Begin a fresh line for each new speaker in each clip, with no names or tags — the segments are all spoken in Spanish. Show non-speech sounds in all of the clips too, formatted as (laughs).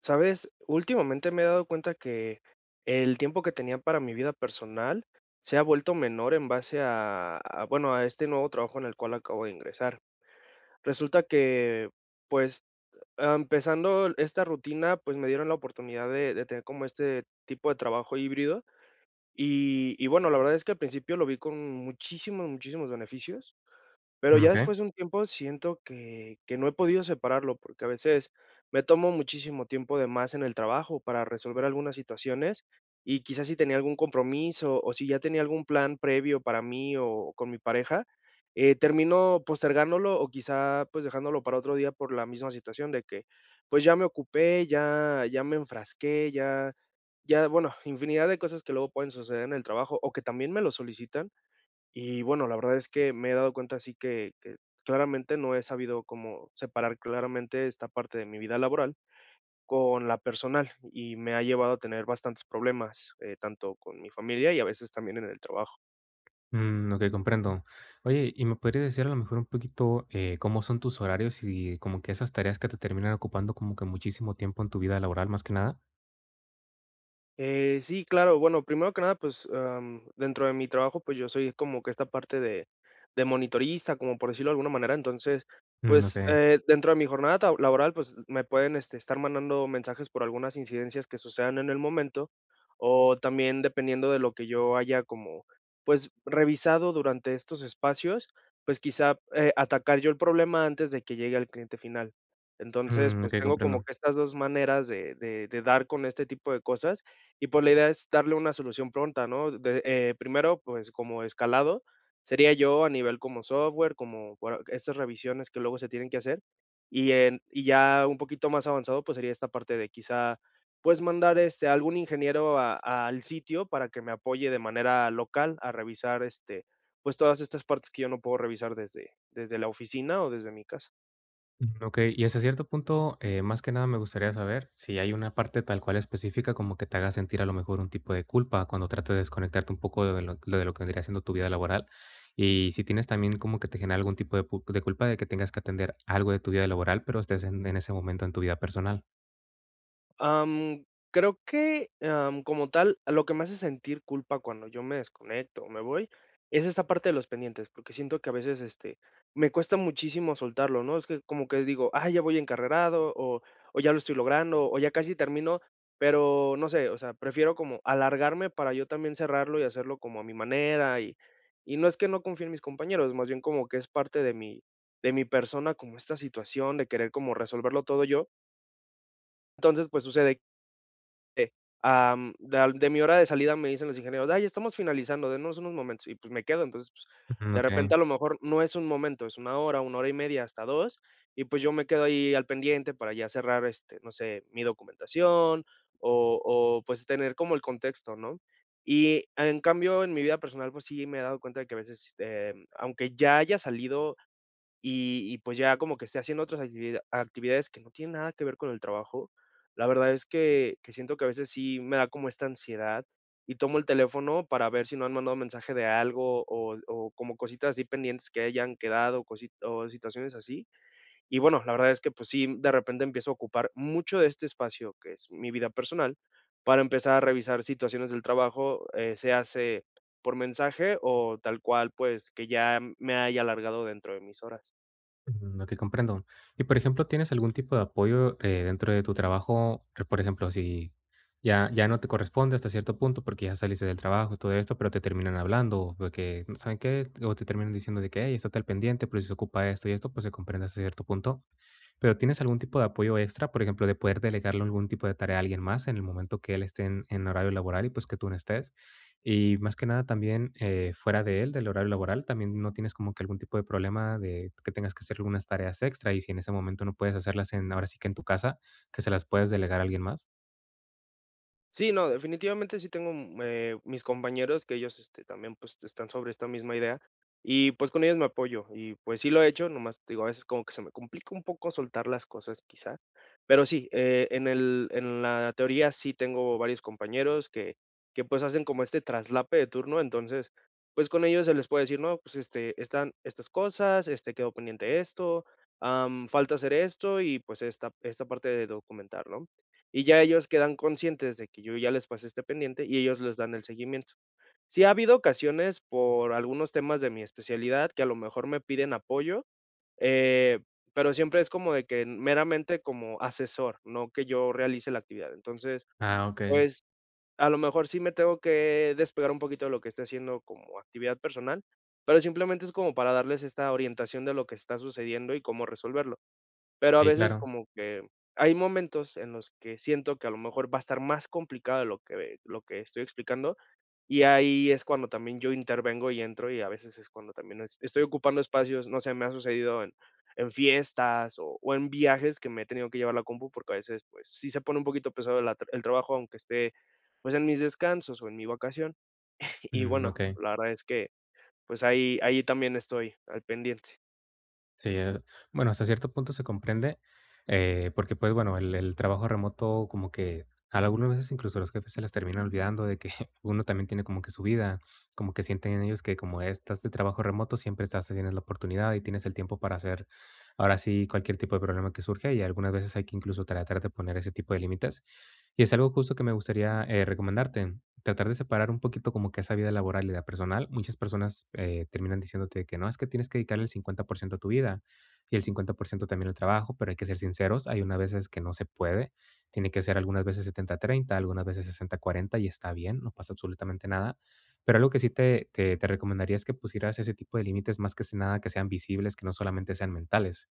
Sabes, últimamente me he dado cuenta que el tiempo que tenía para mi vida personal se ha vuelto menor en base a a este nuevo trabajo en el cual acabo de ingresar. Resulta que, pues, empezando esta rutina, pues me dieron la oportunidad de tener como este tipo de trabajo híbrido. Y bueno, la verdad es que al principio lo vi con muchísimos beneficios, pero
Mm,
ya
okey,
después de un tiempo siento que no he podido separarlo, porque a veces me tomo muchísimo tiempo de más en el trabajo para resolver algunas situaciones, y quizás si tenía algún compromiso, o si ya tenía algún plan previo para mí o con mi pareja, termino postergándolo o quizá, pues, dejándolo para otro día por la misma situación de que, pues, ya me ocupé, ya me enfrasqué, ya ya, bueno, infinidad de cosas que luego pueden suceder en el trabajo, o que también me lo solicitan, y bueno, la verdad es que me he dado cuenta así que claramente no he sabido como separar claramente esta parte de mi vida laboral con la personal, y me ha llevado a tener bastantes problemas, tanto con mi familia y a veces también en el trabajo.
mm, okey. Comprendo. Oye, ¿y me podrías decir a lo mejor un poquito, cómo son tus horarios y como que esas tareas que te terminan ocupando como que muchísimo tiempo en tu vida laboral, más que nada?
Sí, claro. Bueno, primero que nada, pues, dentro de mi trabajo, pues, yo soy como que esta parte de monitorista, como por decirlo de alguna manera. Entonces,
Mm,
pues,
okey,
dentro de mi jornada ta laboral, pues, me pueden, este, estar mandando mensajes por algunas incidencias que sucedan en el momento, o también dependiendo de lo que yo haya como, pues, revisado durante estos espacios, pues, quizá, atacar yo el problema antes de que llegue al cliente final. Entonces,
mm,
pues,
okey,
tengo como
Comprendo.
que estas 2 maneras de dar con este tipo de cosas, y pues la idea es darle una solución pronta, ¿no? De- primero, pues como escalado, sería yo a nivel como software, como por estas revisiones que luego se tienen que hacer. Y, en- y ya un poquito más avanzado, pues sería esta parte de quizá, pues mandar este, algún ingeniero a- al sitio para que me apoye de manera local a revisar este, pues todas estas partes que yo no puedo revisar desde la oficina o desde mi casa.
Mm, okey, y hasta cierto punto, más que nada me gustaría saber si hay una parte tal cual específica como que te haga sentir a lo mejor un tipo de culpa cuando tratas de desconectarte un poco de lo que vendría siendo tu vida laboral. Y si tienes también como que te genera algún tipo de pu de culpa de que tengas que atender algo de tu vida laboral, pero estés en ese momento en tu vida personal.
Am, Creo que, como tal, lo que me hace sentir culpa cuando yo me desconecto o me voy, es esta parte de los pendientes, porque siento que a veces, este, me cuesta muchísimo soltarlo, ¿no? Es que como que digo: "Ah, ya voy encarrerado", o "Ya lo estoy logrando", o "Ya casi termino", pero no sé, o sea, prefiero como alargarme para yo también cerrarlo y hacerlo como a mi manera, y no es que no confíe en mis compañeros, más bien como que es parte de mi persona como esta situación de querer como resolverlo todo yo. Entonces, pues sucede este, de al de mi hora de salida me dicen los ingenieros: "Ay, estamos finalizando, denos unos momentos", y, pues, me quedo. Entonces, pues,
Mm,
de repente,
okey,
a lo mejor no es un momento, es una hora y media, hasta 2 y, pues, yo me quedo ahí al pendiente para ya cerrar, este, no sé, mi documentación o, pues, tener como el contexto, ¿no? Y, en cambio, en mi vida personal, pues, sí me he dado cuenta de que a veces, aunque ya haya salido y, pues, ya como que esté haciendo otras activida actividades que no tienen nada que ver con el trabajo, la verdad es que siento que a veces sí me da como esta ansiedad, y tomo el teléfono para ver si no han mandado mensaje de algo o como cositas así pendientes que hayan quedado, cosi o situaciones así. Y bueno, la verdad es que, pues sí, de repente empiezo a ocupar mucho de este espacio, que es mi vida personal, para empezar a revisar situaciones del trabajo, séase por mensaje o tal cual, pues, que ya me haya alargado dentro de mis horas.
mm, okey. Comprendo. Y, por ejemplo, ¿tienes algún tipo de apoyo, dentro de tu trabajo? Por ejemplo, si ya no te corresponde hasta cierto punto, porque ya saliste del trabajo y todo esto, pero te terminan hablando, o porque, ¿saben qué? O te terminan diciendo de que: "Hey, estate al pendiente, pero si se ocupa esto y esto", pues, se comprende hasta cierto punto. ¿Pero tienes algún tipo de apoyo extra? Por ejemplo, de poder delegarle algún tipo de tarea a alguien más en el momento que él esté en horario laboral y pues que tú no estés. Y más que nada también fuera de él, del horario laboral, también no tienes como que algún tipo de problema de que tengas que hacer algunas tareas extra y si en ese momento no puedes hacerlas en, ahora sí que en tu casa, que se las puedes delegar a alguien más.
Sí, no, definitivamente sí tengo, mm, mis compañeros que ellos, este, también, pues, están sobre esta misma idea y, pues, con ellos me apoyo y, pues, sí lo he hecho, nomás, te digo, a veces como que se me complica un poco soltar las cosas quizá, pero sí, en el en la teoría sí tengo varios compañeros que, pues, hacen como este traslape de turno, entonces, pues, con ellos se les puede decir: "No, pues, este, están estas cosas, este, quedó pendiente esto, am, falta hacer esto y, pues, esta parte de documentar", ¿no? Y ya ellos quedan conscientes de que yo ya les pasé este pendiente y ellos les dan el seguimiento. Sí ha habido ocasiones por algunos temas de mi especialidad que a lo mejor me piden apoyo, eh, pero siempre es como de que meramente como asesor, no que yo realice la actividad. Entonces,
Ah, ok.
pues a lo mejor sí me tengo que despegar un poquito de lo que esté haciendo como actividad personal, pero simplemente es como para darles esta orientación de lo que está sucediendo y cómo resolverlo. Pero a
Sí,
veces
claro.
como que hay momentos en los que siento que a lo mejor va a estar más complicado de lo que estoy explicando, y ahí es cuando también yo intervengo y entro, y a veces es cuando también es estoy ocupando espacios, no sé, me ha sucedido en fiestas o en viajes que me he tenido que llevar la compu, porque a veces, pues, sí se pone un poquito pesado la el trabajo, aunque esté, pues, en mis descansos o en mi vacación. Y
Mm,
bueno,
ok.
la verdad es que, pues, ahí también estoy al pendiente,
Sí, bueno, hasta cierto punto se comprende, porque pues bueno, el trabajo remoto como que a algunas veces incluso los jefes se les terminan olvidando de que (laughs) uno también tiene como que su vida, como que sienten ellos que como estás de trabajo remoto siempre estás, tienes la oportunidad y tienes el tiempo para hacer ahora sí cualquier tipo de problema que surge y algunas veces hay que incluso tratar de poner ese tipo de límites. Y es algo justo que me gustaría, recomendarte, tratar de separar un poquito como que esa vida laboral y la personal. Muchas personas, terminan diciéndote que no, es que tienes que dedicarle el 50% a tu vida y el 50% también al trabajo, pero hay que ser sinceros, hay unas veces que no se puede, tiene que ser algunas veces 70-30, algunas veces 60-40 y está bien, no pasa absolutamente nada. Pero algo que sí te recomendaría es que pusieras ese tipo de límites más que nada que sean visibles, que no solamente sean mentales.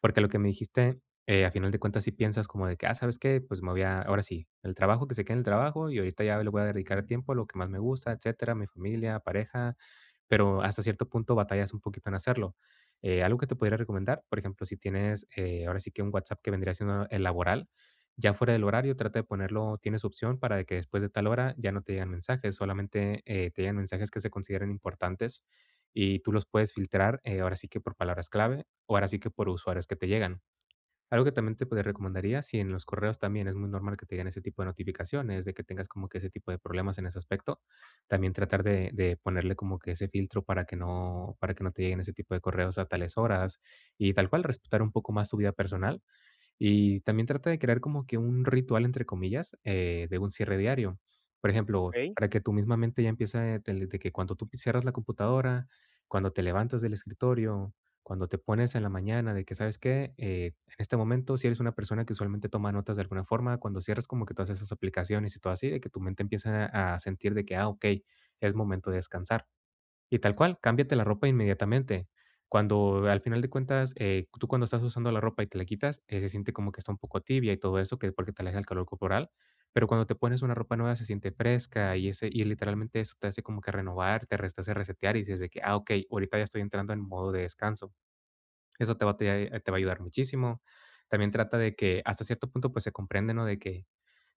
Porque lo que me dijiste a final de cuentas, si piensas como de que, ah, ¿sabes qué? Pues me voy a, ahora sí, el trabajo que se quede en el trabajo y ahorita ya le voy a dedicar tiempo a lo que más me gusta, etcétera, mi familia, pareja, pero hasta cierto punto batallas un poquito en hacerlo. Algo que te podría recomendar, por ejemplo, si tienes ahora sí que un WhatsApp que vendría siendo el laboral, ya fuera del horario, trata de ponerlo, tienes opción para de que después de tal hora ya no te llegan mensajes, solamente te llegan mensajes que se consideren importantes y tú los puedes filtrar ahora sí que por palabras clave o ahora sí que por usuarios que te llegan. Algo que también te podría recomendaría, si en los correos también es muy normal que te lleguen ese tipo de notificaciones, de que tengas como que ese tipo de problemas en ese aspecto, también tratar de ponerle como que ese filtro para que para que no te lleguen ese tipo de correos a tales horas y tal cual respetar un poco más tu vida personal. Y también trata de crear como que un ritual, entre comillas, de un cierre diario. Por ejemplo,
¿okey?
para que tu misma mente ya empiece de que cuando tú cierras la computadora, cuando te levantas del escritorio, cuando te pones en la mañana, de que sabes que en este momento, si eres una persona que usualmente toma notas de alguna forma, cuando cierras como que todas esas aplicaciones y todo así, de que tu mente empieza a sentir de que, ah, ok, es momento de descansar. Y tal cual, cámbiate la ropa inmediatamente. Cuando al final de cuentas, tú cuando estás usando la ropa y te la quitas, se siente como que está un poco tibia y todo eso, que porque te aleja el calor corporal, pero cuando te pones una ropa nueva se siente fresca y ese y literalmente eso te hace como que renovar, te hace resetear y dices de que, ah, ok, ahorita ya estoy entrando en modo de descanso. Eso te va a ayudar muchísimo. También trata de que hasta cierto punto pues se comprende, ¿no? De que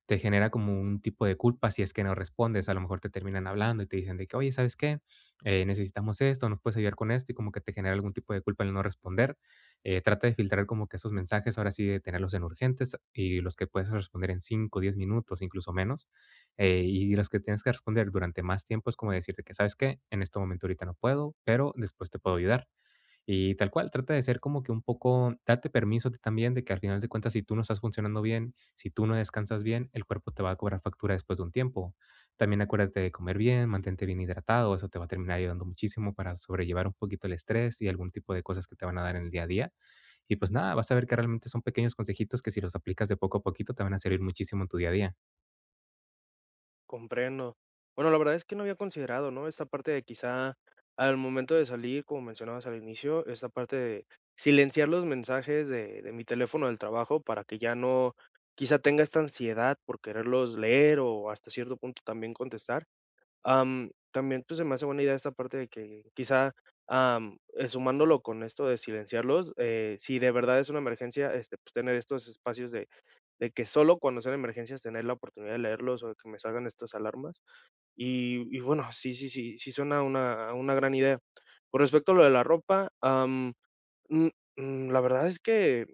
te genera como un tipo de culpa si es que no respondes. A lo mejor te terminan hablando y te dicen de que, oye, ¿sabes qué? Necesitamos esto, nos puedes ayudar con esto y como que te genera algún tipo de culpa el no responder. Trata de filtrar como que esos mensajes, ahora sí, de tenerlos en urgentes y los que puedes responder en 5 10 minutos, incluso menos. Y los que tienes que responder durante más tiempo es como decirte que, ¿sabes qué? En este momento ahorita no puedo, pero después te puedo ayudar. Y tal cual, trata de ser como que un poco date permiso tú también de que al final de cuentas, si tú no estás funcionando bien, si tú no descansas bien, el cuerpo te va a cobrar factura después de un tiempo. También acuérdate de comer bien, mantente bien hidratado, eso te va a terminar ayudando muchísimo para sobrellevar un poquito el estrés y algún tipo de cosas que te van a dar en el día a día. Y pues nada, vas a ver que realmente son pequeños consejitos que si los aplicas de poco a poquito te van a servir muchísimo en tu día a día.
Comprendo. Bueno, la verdad es que no había considerado, ¿no? Esta parte de quizá al momento de salir, como mencionabas al inicio, esta parte de silenciar los mensajes de mi teléfono del trabajo para que ya no quizá tenga esta ansiedad por quererlos leer o hasta cierto punto también contestar. También pues se me hace buena idea esta parte de que quizá am, sumándolo con esto de silenciarlos, si de verdad es una emergencia, este, pues tener estos espacios de que solo cuando sean emergencias tener la oportunidad de leerlos o de que me salgan estas alarmas. Y bueno, sí, sí, sí, sí suena una gran idea. Con respecto a lo de la ropa, mm, mm, la verdad es que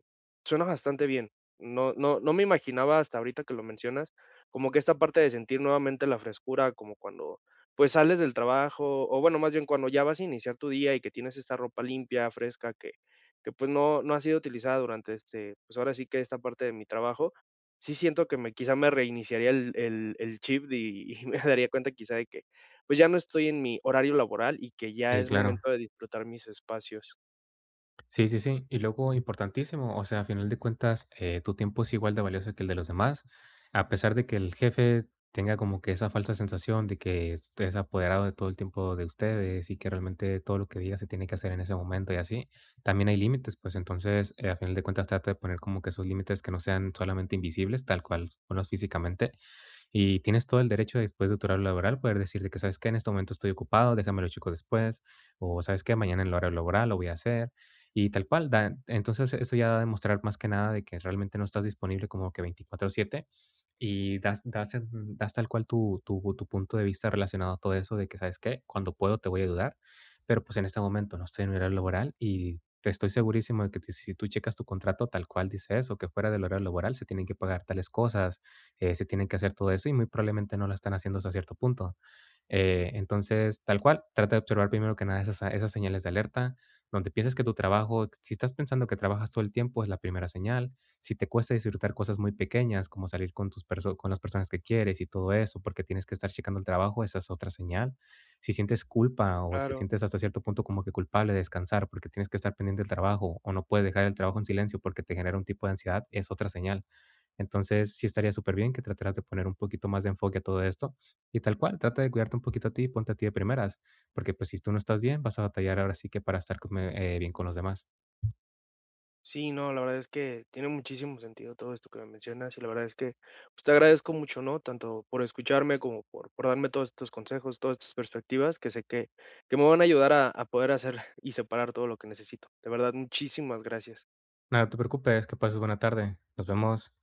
suena bastante bien. No, no, no me imaginaba hasta ahorita que lo mencionas, como que esta parte de sentir nuevamente la frescura, como cuando pues sales del trabajo, o bueno, más bien cuando ya vas a iniciar tu día y que tienes esta ropa limpia, fresca, que pues no, no ha sido utilizada durante este, pues ahora sí que esta parte de mi trabajo, sí siento que me quizá me reiniciaría el chip y, (laughs) y me daría cuenta quizá de que pues ya no estoy en mi horario laboral y que ya
Sí,
es
claro.
momento de disfrutar mis espacios.
Sí, sí, sí. Y luego, importantísimo, o sea, a final de cuentas, tu tiempo es igual de valioso que el de los demás, a pesar de que el jefe tenga como que esa falsa sensación de que es apoderado de todo el tiempo de ustedes y que realmente todo lo que diga se tiene que hacer en ese momento y así, también hay límites, pues entonces, a final de cuentas, trata de poner como que esos límites que no sean solamente invisibles, tal cual, ponlos físicamente, y tienes todo el derecho de, después de tu horario laboral poder decirte que, ¿sabes qué? En este momento estoy ocupado, déjamelo chico después. O, ¿sabes qué? Mañana en el horario laboral lo voy a hacer. Entonces, eso ya da a demostrar más que nada de que realmente no estás disponible como que 24/7 y das tal cual tu punto de vista relacionado a todo eso de que, ¿sabes qué? Cuando puedo te voy a ayudar, pero pues en este momento no estoy en mi horario laboral y te estoy segurísimo de que si tú checas tu contrato tal cual dice eso, que fuera del horario laboral se tienen que pagar tales cosas, se tienen que hacer todo eso y muy probablemente no lo están haciendo hasta cierto punto. Entonces, tal cual, trata de observar primero que nada esas señales de alerta, donde piensas que tu trabajo, si estás pensando que trabajas todo el tiempo, es la primera señal. Si te cuesta disfrutar cosas muy pequeñas, como salir con, con las personas que quieres y todo eso, porque tienes que estar checando el trabajo, esa es otra señal. Si sientes culpa o te
Claro.
sientes hasta cierto punto como que culpable de descansar porque tienes que estar pendiente del trabajo o no puedes dejar el trabajo en silencio porque te genera un tipo de ansiedad, es otra señal. Entonces, sí estaría súper bien que trataras de poner un poquito más de enfoque a todo esto y tal cual, trata de cuidarte un poquito a ti y ponte a ti de primeras, porque pues si tú no estás bien, vas a batallar ahora sí que para estar como, bien con los demás.
Sí, no, la verdad es que tiene muchísimo sentido todo esto que me mencionas y la verdad es que pues, te agradezco mucho, ¿no? Tanto por escucharme como por darme todos estos consejos, todas estas perspectivas que sé que me van a ayudar a poder hacer (laughs) y separar todo lo que necesito. De verdad, muchísimas gracias.
Nada, no te preocupes, que pases buena tarde. Nos vemos.